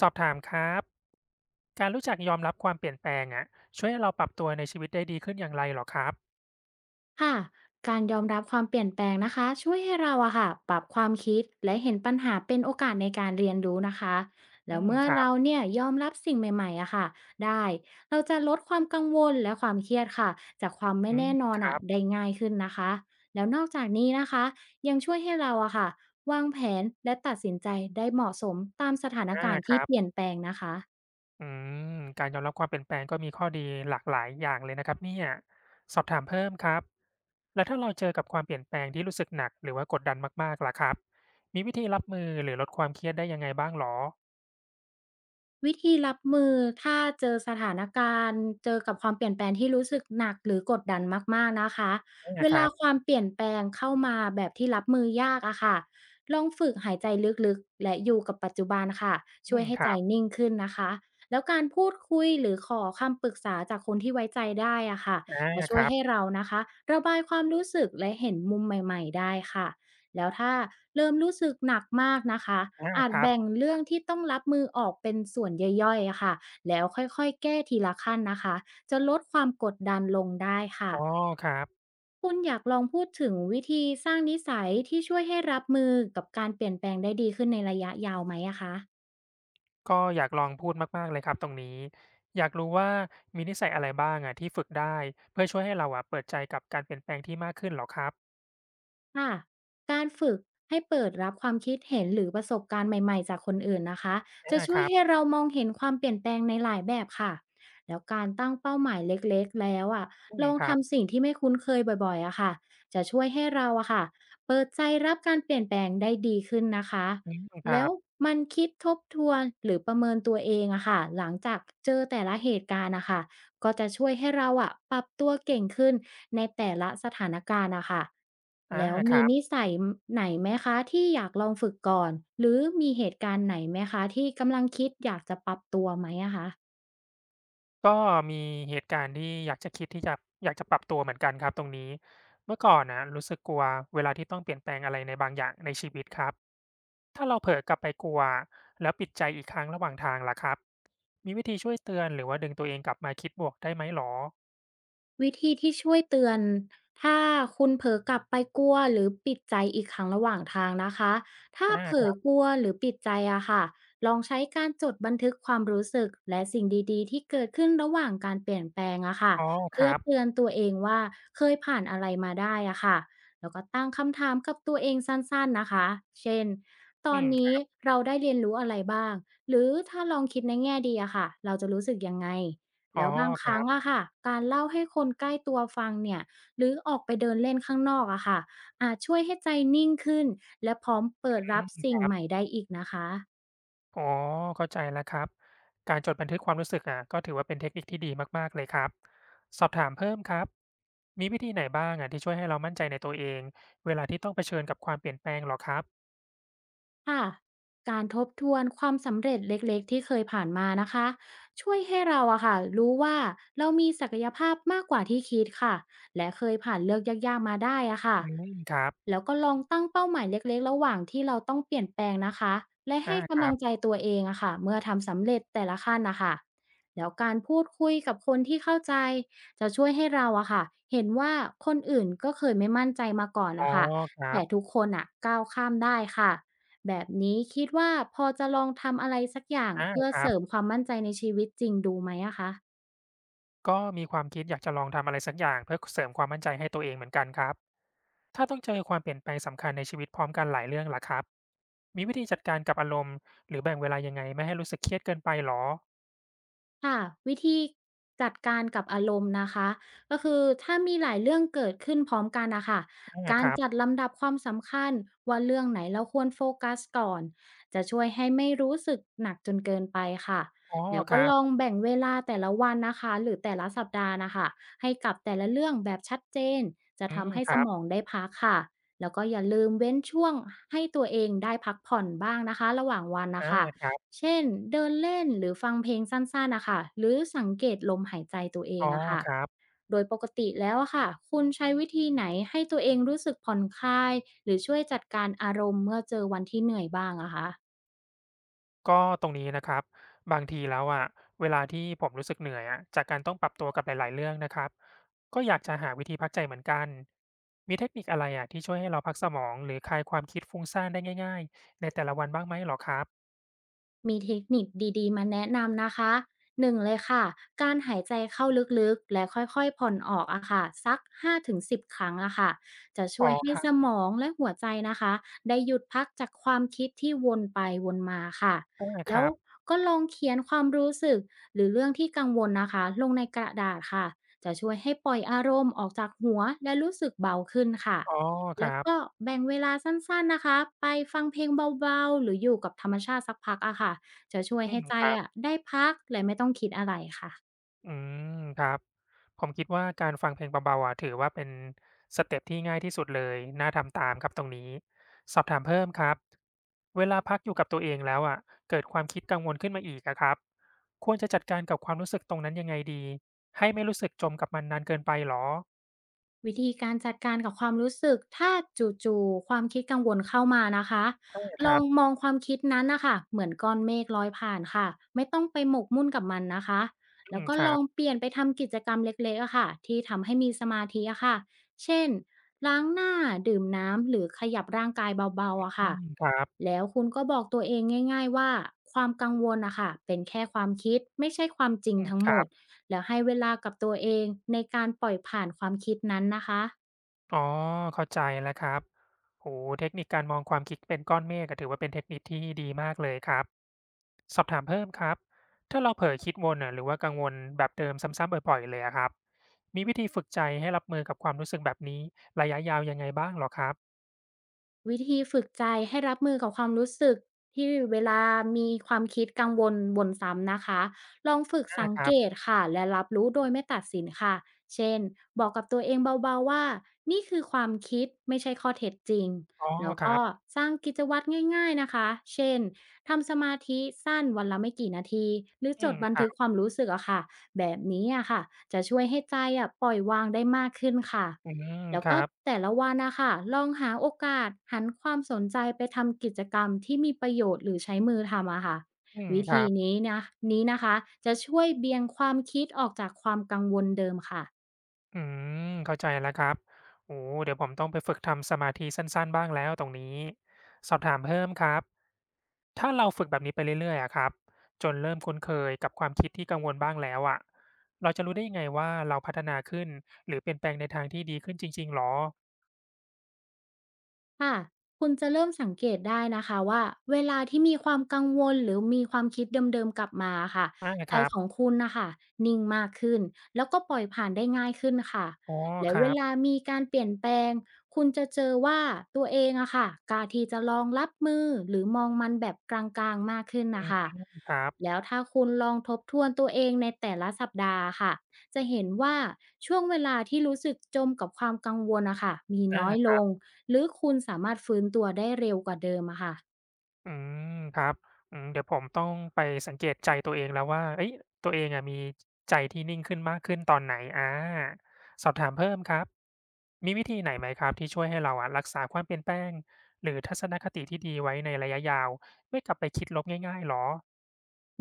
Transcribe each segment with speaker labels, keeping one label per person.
Speaker 1: สอบถามครับ การรู้จักยอมรับความเปลี่ยนแปลงอะช่วยให้เราปรับตัวในชีวิตได้ดีขึ้นอย่างไรเหรอครับ
Speaker 2: ค่ะ การยอมรับความเปลี่ยนแปลงนะคะช่วยให้เราอะค่ะปรับความคิดและเห็นปัญหาเป็นโอกาสในการเรียนรู้นะคะ
Speaker 1: อื
Speaker 2: แล้ว
Speaker 1: ม
Speaker 2: เมื่อ
Speaker 1: ครั
Speaker 2: เรา
Speaker 1: บ
Speaker 2: เนี่ยยอมรับสิ่งใหม่ๆอะค่ะได้เราจะลดความกังวลและความเครียดค่ะจากความไม่
Speaker 1: อืม
Speaker 2: แน่นอ
Speaker 1: ค
Speaker 2: น
Speaker 1: รั
Speaker 2: อะได้
Speaker 1: บ
Speaker 2: ง่ายขึ้นนะคะแล้วนอกจากนี้นะคะยังช่วยให้เราอะค่ะวางแผนและตัดสินใจได้เหมาะสมตามสถาน
Speaker 1: อา
Speaker 2: การณ์
Speaker 1: ค
Speaker 2: ที่
Speaker 1: รับ
Speaker 2: เปลี่ยนแปลงนะคะ
Speaker 1: อืมการยอมรับความเปลี่ยนแปลงก็มีข้อดีหลากหลายอย่างเลยนะครับเนี่ยสอบถามเพิ่มครับแล้วถ้าเราเจอกับความเปลี่ยนแปลงที่รู้สึกหนักหรือว่ากดดันมากๆล่ะครับมีวิธีรับมือหรือลดความเครียดได้ยังไงบ้างหรอ
Speaker 2: วิธีรับมือถ้าเจอสถานการณ์เจอกับความเปลี่ยนแปลงที่รู้สึกหนักหรือกดดันมากๆนะคะ
Speaker 1: อา
Speaker 2: เว
Speaker 1: ครั
Speaker 2: ลา
Speaker 1: บ
Speaker 2: ความเปลี่ยนแปลงเข้ามาแบบที่รับมือยากอะค่ะลองฝึกหายใจลึกๆและอยู่กับปัจจุบันค่ะ
Speaker 1: อื
Speaker 2: ช่วย
Speaker 1: ม
Speaker 2: ให้
Speaker 1: ครั
Speaker 2: ใจ
Speaker 1: บ
Speaker 2: นิ่งขึ้นนะคะแล้วการพูดคุยหรือขอคำปรึกษาจากคนที่ไว้ใจได้อะค่ะ
Speaker 1: อา
Speaker 2: จะ
Speaker 1: ค
Speaker 2: ช่วย
Speaker 1: รับ
Speaker 2: ให้เรานะคะระบายความรู้สึกและเห็นมุมใหม่ๆได้ค่ะ แล้วถ้าเริ่มรู้สึกหนักมากนะคะ
Speaker 1: อา
Speaker 2: อาจ
Speaker 1: ครับ
Speaker 2: แบ่งเรื่องที่ต้องรับมือออกเป็นส่วนย่อยๆอะค่ะแล้วค่อยๆแก้ทีละขั้นนะคะจะลดความกดดันลงได้ค่ะ
Speaker 1: อ๋อครับ
Speaker 2: คุณอยากลองพูดถึงวิธีสร้างนิสัยที่ช่วยให้รับมือกับการเปลี่ยนแปลงได้ดีขึ้นในระยะยาวไหมอะคะ
Speaker 1: ก็อยากลองพูดมากๆเลยครับตรงนี้อยากรู้ว่ามีนิสัยอะไรบ้างอะที่ฝึกได้เพื่อช่วยให้เราอะเปิดใจกับการเปลี่ยนแปลงที่มากขึ้นเหรอครับ
Speaker 2: ค่ะการฝึกให้เปิดรับความคิดเห็นหรือประสบการณ์ใหม่ๆจากคนอื่นนะคะจะ
Speaker 1: อาค
Speaker 2: ช่วย
Speaker 1: รับ
Speaker 2: ให้เรามองเห็นความเปลี่ยนแปลงในหลายแบบค่ะแล้วการตั้งเป้าหมายเล็กๆแล้วอ่ะ
Speaker 1: อื
Speaker 2: ล
Speaker 1: ม
Speaker 2: อง
Speaker 1: ครับ
Speaker 2: ทำสิ่งที่ไม่คุ้นเคยบ่อยๆอะค่ะจะช่วยให้เราอะค่ะเปิดใจรับการเปลี่ยนแปลงได้ดีขึ้นนะคะ
Speaker 1: อืมครั
Speaker 2: แล้ว
Speaker 1: บ
Speaker 2: มันคิดทบทวนหรือประเมินตัวเองอะค่ะหลังจากเจอแต่ละเหตุการณ์นะคะ ก็จะช่วยให้เราอะปรับตัวเก่งขึ้นในแต่ละสถานการณ์อะค่ะ
Speaker 1: อา
Speaker 2: แล้ว
Speaker 1: ค
Speaker 2: มี
Speaker 1: รั
Speaker 2: นิ
Speaker 1: บ
Speaker 2: สัยไหนไหมคะที่อยากลองฝึกก่อนหรือมีเหตุการณ์ไหนไหมคะที่กำลังคิดอยากจะปรับตัวไหมอะคะ
Speaker 1: ก็มีเหตุการณ์ที่อยากจะคิดที่จะอยากจะปรับตัวเหมือนกันครับตรงนี้เมื่อก่อนน่ะรู้สึกกลัวเวลาที่ต้องเปลี่ยนแปลงอะไรในบางอย่างในชีวิตครับถ้าเราเผลอกลับไปกลัวแล้วปิดใจอีกครั้งระหว่างทางล่ะครับมีวิธีช่วยเตือนหรือว่าดึงตัวเองกลับมาคิดบวกได้ไหมเหรอ
Speaker 2: วิธีที่ช่วยเตือนถ้าคุณเผลอกลับไปกลัวหรือปิดใจอีกครั้งระหว่างทางนะคะถ้า
Speaker 1: อา
Speaker 2: เผล
Speaker 1: ค
Speaker 2: อ
Speaker 1: รั
Speaker 2: ก
Speaker 1: บ
Speaker 2: ลัวหรือปิดใจอะค่ะลองใช้การจดบันทึกความรู้สึกและสิ่งดีๆที่เกิดขึ้นระหว่างการเปลี่ยนแปลงอะค่ะ
Speaker 1: อ๋อค
Speaker 2: เพื่อ
Speaker 1: รั
Speaker 2: เตือ
Speaker 1: บ
Speaker 2: นตัวเองว่าเคยผ่านอะไรมาได้อะค่ะแล้วก็ตั้งคำถามกับตัวเองสั้นๆนะคะเช่นต
Speaker 1: อื
Speaker 2: อน
Speaker 1: มค
Speaker 2: นี้
Speaker 1: รับ
Speaker 2: เราได้เรียนรู้อะไรบ้างหรือถ้าลองคิดในแง่ดีอะค่ะเราจะรู้สึกยังไง
Speaker 1: อ๋อ
Speaker 2: แล้วบาง
Speaker 1: ค
Speaker 2: ค
Speaker 1: รั
Speaker 2: รั้งอะ
Speaker 1: บ
Speaker 2: ค่ะการเล่าให้คนใกล้ตัวฟังเนี่ยหรือออกไปเดินเล่นข้างนอกอะค่ะอาจช่วยให้ใจนิ่งขึ้นและพร้อมเปิด
Speaker 1: อ
Speaker 2: รับ
Speaker 1: ืม
Speaker 2: สิ่งใหม่ได้อีกนะคะ
Speaker 1: อ๋อเข้าใจแล้วครับ การจดบันทึกความรู้สึกอะก็ถือว่าเป็นเทคนิคที่ดีมากๆเลยครับ สอบถามเพิ่มครับ มีวิธีไหนบ้างอะที่ช่วยให้เรามั่นใจในตัวเอง เวลาที่ต้องเผชิญกับความเปลี่ยนแปลงเหรอครับ
Speaker 2: ค่ะการทบทวนความสำเร็จเล็กๆที่เคยผ่านมานะคะช่วยให้เราอะค่ะรู้ว่าเรามีศักยภาพมากกว่าที่คิดค่ะและเคยผ่านเลือกยากๆมาได้อะค่ะ
Speaker 1: อืมครับ
Speaker 2: แล้วก็ลองตั้งเป้าหมายเล็กๆระหว่างที่เราต้องเปลี่ยนแปลงนะคะและ
Speaker 1: อา
Speaker 2: ให้
Speaker 1: ค
Speaker 2: กำ
Speaker 1: รั
Speaker 2: ลังใจ
Speaker 1: บ
Speaker 2: ตัวเองอะค่ะเมื่อทำสำเร็จแต่ละขั้นนะคะแล้วการพูดคุยกับคนที่เข้าใจจะช่วยให้เราอะค่ะเห็นว่าคนอื่นก็เคยไม่มั่นใจมาก่อน
Speaker 1: อ๋อ
Speaker 2: นะคะ
Speaker 1: ครั
Speaker 2: แต่
Speaker 1: บ
Speaker 2: ทุกคนอะก้าวข้ามได้ค่ะ แบบนี้คิดว่าพอจะลองทำอะไรสักอย่าง
Speaker 1: อา
Speaker 2: เพื่อ
Speaker 1: ครั
Speaker 2: เสริม
Speaker 1: บ
Speaker 2: ความมั่นใจในชีวิตจริงดูไหมอะคะ
Speaker 1: ก็มีความคิดอยากจะลองทำอะไรสักอย่างเพื่อเสริมความมั่นใจให้ตัวเองเหมือนกันครับถ้าต้องเจอความเปลี่ยนแปลงสำคัญในชีวิตพร้อมกันหลายเรื่องล่ะครับมีวิธีจัดการกับอารมณ์หรือแบ่งเวลายังไงไม่ให้รู้สึกเครียดเกินไปหรอ
Speaker 2: ค่ะวิธีจัดการกับอารมณ์นะคะก็คือถ้ามีหลายเรื่องเกิดขึ้นพร้อมกันนะคะ
Speaker 1: อา
Speaker 2: กา
Speaker 1: ค
Speaker 2: ร
Speaker 1: รับ
Speaker 2: จัดลำดับความสำคัญว่าเรื่องไหนเราควรโฟกัสก่อนจะช่วยให้ไม่รู้สึกหนักจนเกินไปค่ะ
Speaker 1: อ๋อ
Speaker 2: แล้ว
Speaker 1: ค
Speaker 2: ก็
Speaker 1: รั
Speaker 2: ลอง
Speaker 1: บ
Speaker 2: แบ่งเวลาแต่ละวันนะคะหรือแต่ละสัปดาห์นะคะให้กับแต่ละเรื่องแบบชัดเจนจะ
Speaker 1: อืม
Speaker 2: ทำให้
Speaker 1: ค
Speaker 2: ส
Speaker 1: รั
Speaker 2: มอง
Speaker 1: บ
Speaker 2: ได้พักค่ะแล้วก็อย่าลืมเว้นช่วงให้ตัวเองได้พักผ่อนบ้างนะคะระหว่างวันนะ
Speaker 1: อา
Speaker 2: คะ
Speaker 1: ครับ
Speaker 2: เช่นเดินเล่นหรือฟังเพลงสั้นๆนะค่ะหรือสังเกตลมหายใจตัวเอ
Speaker 1: อ๋
Speaker 2: ง
Speaker 1: อ
Speaker 2: อะค่ะ
Speaker 1: ครับ
Speaker 2: โดยปกติแล้วอะค่ะคุณใช้วิธีไหนให้ตัวเองรู้สึกผ่อนคลายหรือช่วยจัดการอารมณ์เมื่อเจอวันที่เหนื่อยบ้างอะคะ
Speaker 1: ก็ตรงนี้นะครับบางทีแล้วอะเวลาที่ผมรู้สึกเหนื่อยอะจากการต้องปรับตัวกับหลายๆเรื่องนะครับก็อยากจะหาวิธีพักใจเหมือนกันมีเทคนิคอะไรอะที่ช่วยให้เราพักสมองหรือคลายความคิดฟุ้งซ่านได้ง่ายๆในแต่ละวันบ้างไหมเหรอครับ
Speaker 2: มีเทคนิคดีๆมาแนะนำนะคะหนึ่งเลยค่ะการหายใจเข้าลึกๆและค่อยๆผ่อนออกอะค่ะสัก5-10ครั้งอะค่ะจะ
Speaker 1: อ๋
Speaker 2: ช่ว
Speaker 1: อ
Speaker 2: ยให้
Speaker 1: ครับ
Speaker 2: สมองและหัวใจนะคะได้หยุดพักจากความคิดที่วนไปวนมาค่ะ
Speaker 1: อาค
Speaker 2: แล้ว
Speaker 1: รับ
Speaker 2: ก็ลองเขียนความรู้สึกหรือเรื่องที่กังวลนะคะลงในกระดาษค่ะจะช่วยให้ปล่อยอารมณ์ออกจากหัวและรู้สึกเบาขึ้นค่ะ
Speaker 1: อ๋อค
Speaker 2: แล้
Speaker 1: รั
Speaker 2: วก็
Speaker 1: บ
Speaker 2: แบ่งเวลาสั้นๆนะคะ ไปฟังเพลงเบาๆ หรืออยู่กับธรรมชาติสักพักอะค่ะจะช่วย
Speaker 1: อื
Speaker 2: ให้
Speaker 1: ม
Speaker 2: ใจ
Speaker 1: ครับ
Speaker 2: อะได้พักและไม่ต้องคิดอะไรค่ะ
Speaker 1: อืมครับผมคิดว่าการฟังเพลงเบาๆอะถือว่าเป็นสเต็ปที่ง่ายที่สุดเลยน่าทำตามครับตรงนี้สอบถามเพิ่มครับเวลาพักอยู่กับตัวเองแล้วอะเกิดความคิดกังวลขึ้นมาอีกอะครับควรจะจัดการกับความรู้สึกตรงนั้นยังไงดีให้ไม่รู้สึกจมกับมันนานเกินไปหรอ
Speaker 2: วิธีการจัดการกับความรู้สึกถ้าจู่ๆความคิดกังวลเข้ามานะคะ
Speaker 1: ใช่ค
Speaker 2: ล
Speaker 1: รั
Speaker 2: อง
Speaker 1: บ
Speaker 2: มองความคิดนั้นนะคะเหมือนก้อนเมฆลอยผ่านค่ะไม่ต้องไปหมกมุ่นกับมันนะคะ
Speaker 1: อื
Speaker 2: แล้ว
Speaker 1: ม
Speaker 2: ก็
Speaker 1: ครั
Speaker 2: ลอ
Speaker 1: บ
Speaker 2: งเปลี่ยนไปทำกิจกรรมเล็กๆอะค่ะที่ทำให้มีสมาธิอะค่ะเช่นล้างหน้าดื่มน้ำหรือขยับร่างกายเบาๆอะ
Speaker 1: อื
Speaker 2: ค่ะ
Speaker 1: มครับ
Speaker 2: แล้วคุณก็บอกตัวเองง่ายๆว่าความกังวลนะคะเป็นแค่ความคิดไม่ใช่ความจริง
Speaker 1: อืม
Speaker 2: ทั้ง
Speaker 1: ค
Speaker 2: หม
Speaker 1: รั
Speaker 2: ด
Speaker 1: บ
Speaker 2: แล้วให้เวลากับตัวเองในการปล่อยผ่านความคิดนั้นนะคะ
Speaker 1: อ๋อเข้าใจแล้วครับโอเทคนิคการมองความคิดเป็นก้อนเมฆก็ถือว่าเป็นเทคนิคที่ดีมากเลยครับ สอบถามเพิ่มครับถ้าเราเผลอคิดวนน่ะหรือว่ากังวลแบบเดิมซ้ำๆบ่อยๆเลยอะครับมีวิธีฝึกใจให้รับมือกับความรู้สึกแบบนี้ระยะยาวยังไงบ้างเหรอครับ
Speaker 2: วิธีฝึกใจให้รับมือกับความรู้สึกที่เวลามีความคิดกังวลวนซ้ำนะคะลองฝึก
Speaker 1: อา
Speaker 2: สัง
Speaker 1: ครั
Speaker 2: เก
Speaker 1: บ
Speaker 2: ตค่ะและรับรู้โดยไม่ตัดสินค่ะเช่นบอกกับตัวเองเบาๆว่านี่คือความคิดไม่ใช่ข้อเท็จจริง
Speaker 1: อ๋อ
Speaker 2: แล้ว
Speaker 1: ครั
Speaker 2: ก็
Speaker 1: บ
Speaker 2: สร้างกิจวัตรง่ายๆนะคะเช่นทำสมาธิสั้นวันละไม่กี่นาทีหรือ
Speaker 1: อื
Speaker 2: จ
Speaker 1: ม
Speaker 2: ดบั
Speaker 1: ค
Speaker 2: น
Speaker 1: รั
Speaker 2: ทึกควา
Speaker 1: บ
Speaker 2: มรู้สึกอะค่ะแบบนี้อะค่ะจะช่วยให้ใจอะปล่อยวางได้มากขึ้นค่ะ
Speaker 1: อืม
Speaker 2: แล้
Speaker 1: ค
Speaker 2: ว
Speaker 1: รั
Speaker 2: ก็
Speaker 1: บ
Speaker 2: แต่ละวันนะค่ะลองหาโอกาสหันความสนใจไปทำกิจกรรมที่มีประโยชน์หรือใช้มือทำอะค่ะ
Speaker 1: อืม
Speaker 2: วิ
Speaker 1: ครั
Speaker 2: ธี
Speaker 1: บ
Speaker 2: นี้นะนี้นะคะจะช่วยเบี่ยงความคิดออกจากความกังวลเดิมค่ะ
Speaker 1: อืมเข้าใจแล้วครับโอ้เดี๋ยวผมต้องไปฝึกทำสมาธิสั้นๆบ้างแล้วตรงนี้สอบถามเพิ่มครับ ถ้าเราฝึกแบบนี้ไปเรื่อยๆอะครับจนเริ่มคุ้นเคยกับความคิดที่กังวลบ้างแล้วอะเราจะรู้ได้ยังไงว่าเราพัฒนาขึ้นหรือเปลี่ยนแปลงในทางที่ดีขึ้นจริงๆเหรอ
Speaker 2: ค่ะคุณจะเริ่มสังเกตได้นะคะว่าเวลาที่มีความกังวลหรือมีความคิดเดิมๆกลับมาค่ะ
Speaker 1: อา
Speaker 2: ใจ
Speaker 1: ครับ
Speaker 2: ของคุณนะคะนิ่งมากขึ้นแล้วก็ปล่อยผ่านได้ง่ายขึ้นค่ะ
Speaker 1: อ๋อ
Speaker 2: และ
Speaker 1: ค
Speaker 2: เว
Speaker 1: รับ
Speaker 2: ลามีการเปลี่ยนแปลงคุณจะเจอว่าตัวเองอะค่ะกล้าที่จะลองรับมือหรือมองมันแบบกลางๆมากขึ้น
Speaker 1: อื
Speaker 2: นะ
Speaker 1: ม
Speaker 2: คะ
Speaker 1: ครับ
Speaker 2: แล้วถ้าคุณลองทบทวนตัวเองในแต่ละสัปดาห์ค่ะ จะเห็นว่าช่วงเวลาที่รู้สึกจมกับความกังวลนะคะมี
Speaker 1: อ
Speaker 2: น้อยล
Speaker 1: า
Speaker 2: งหรือคุณสามารถฟื้นตัวได้เร็วกว่าเดิมอะค่ะ
Speaker 1: อืมครับอืมเดี๋ยวผมต้องไปสังเกตใจตัวเองแล้วว่าเอ้ยตัวเองอะมีใจที่นิ่งขึ้นมากขึ้นตอนไหนอาสอบถามเพิ่มครับมีวิธีไหนไหมครับที่ช่วยให้เราอะรักษาความเปลี่ยนแปลงหรือทัศนคติที่ดีไว้ในระยะยาวไม่กลับไปคิดลบง่ายๆเหรอ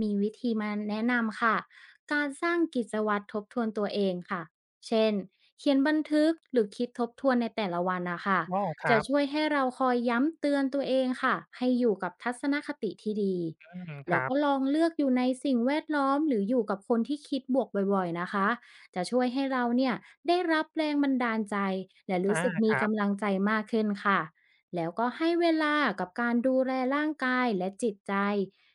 Speaker 2: มีวิธีมาแนะนำค่ะ การสร้างกิจวัตรทบทวนตัวเองค่ะ เช่นเขียนบันทึกหรือคิดทบทวนในแต่ละวันนะคะ
Speaker 1: อ้อครั
Speaker 2: จะ
Speaker 1: บ
Speaker 2: ช่วยให้เราคอยย้ำเตือนตัวเองค่ะให้อยู่กับทัศนคติที่ดี
Speaker 1: อืมค
Speaker 2: แล้ว
Speaker 1: รับ
Speaker 2: ก็ลองเลือกอยู่ในสิ่งแวดล้อมหรืออยู่กับคนที่คิดบวกบ่อยๆนะคะ จะช่วยให้เราเนี่ยได้รับแรงบันดาลใจและ
Speaker 1: อา
Speaker 2: รู้สึก
Speaker 1: ค
Speaker 2: มี
Speaker 1: รับ
Speaker 2: กำลังใจมากขึ้นค่ะแล้วก็ให้เวลากับการดูแลร่างกายและจิตใจ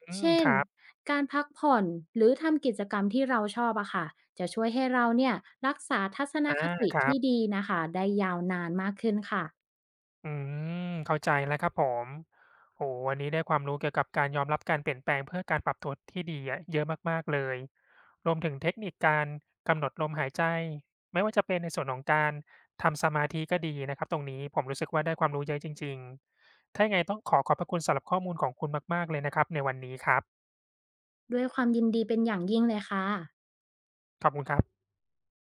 Speaker 1: อืม
Speaker 2: เช่
Speaker 1: ค
Speaker 2: น
Speaker 1: รับ
Speaker 2: การพักผ่อนหรือทำกิจกรรมที่เราชอบอะค่ะจะช่วยให้เราเนี่ยรักษาทัศน
Speaker 1: อา
Speaker 2: คติ
Speaker 1: ครั
Speaker 2: ที่
Speaker 1: บ
Speaker 2: ดีนะคะได้ยาวนานมากขึ้นค่ะ
Speaker 1: อืมเข้าใจแล้วครับผมโอ้วันนี้ได้ความรู้เกี่ยวกับการยอมรับการเปลี่ยนแปลงเพื่อการปรับตัวที่ดีอะเยอะมากๆเลยรวมถึงเทคนิคการกำหนดลมหายใจไม่ว่าจะเป็นในส่วนของการทำสมาธิก็ดีนะครับตรงนี้ผมรู้สึกว่าได้ความรู้เยอะจริงๆถ้ายังไงต้องขอขอบพระคุณสำหรับข้อมูลของคุณมากๆเลยนะครับในวันนี้ครับ
Speaker 2: ด้วยความยินดีเป็นอย่างยิ่งเลยค่ะ
Speaker 1: ขอบคุณครับ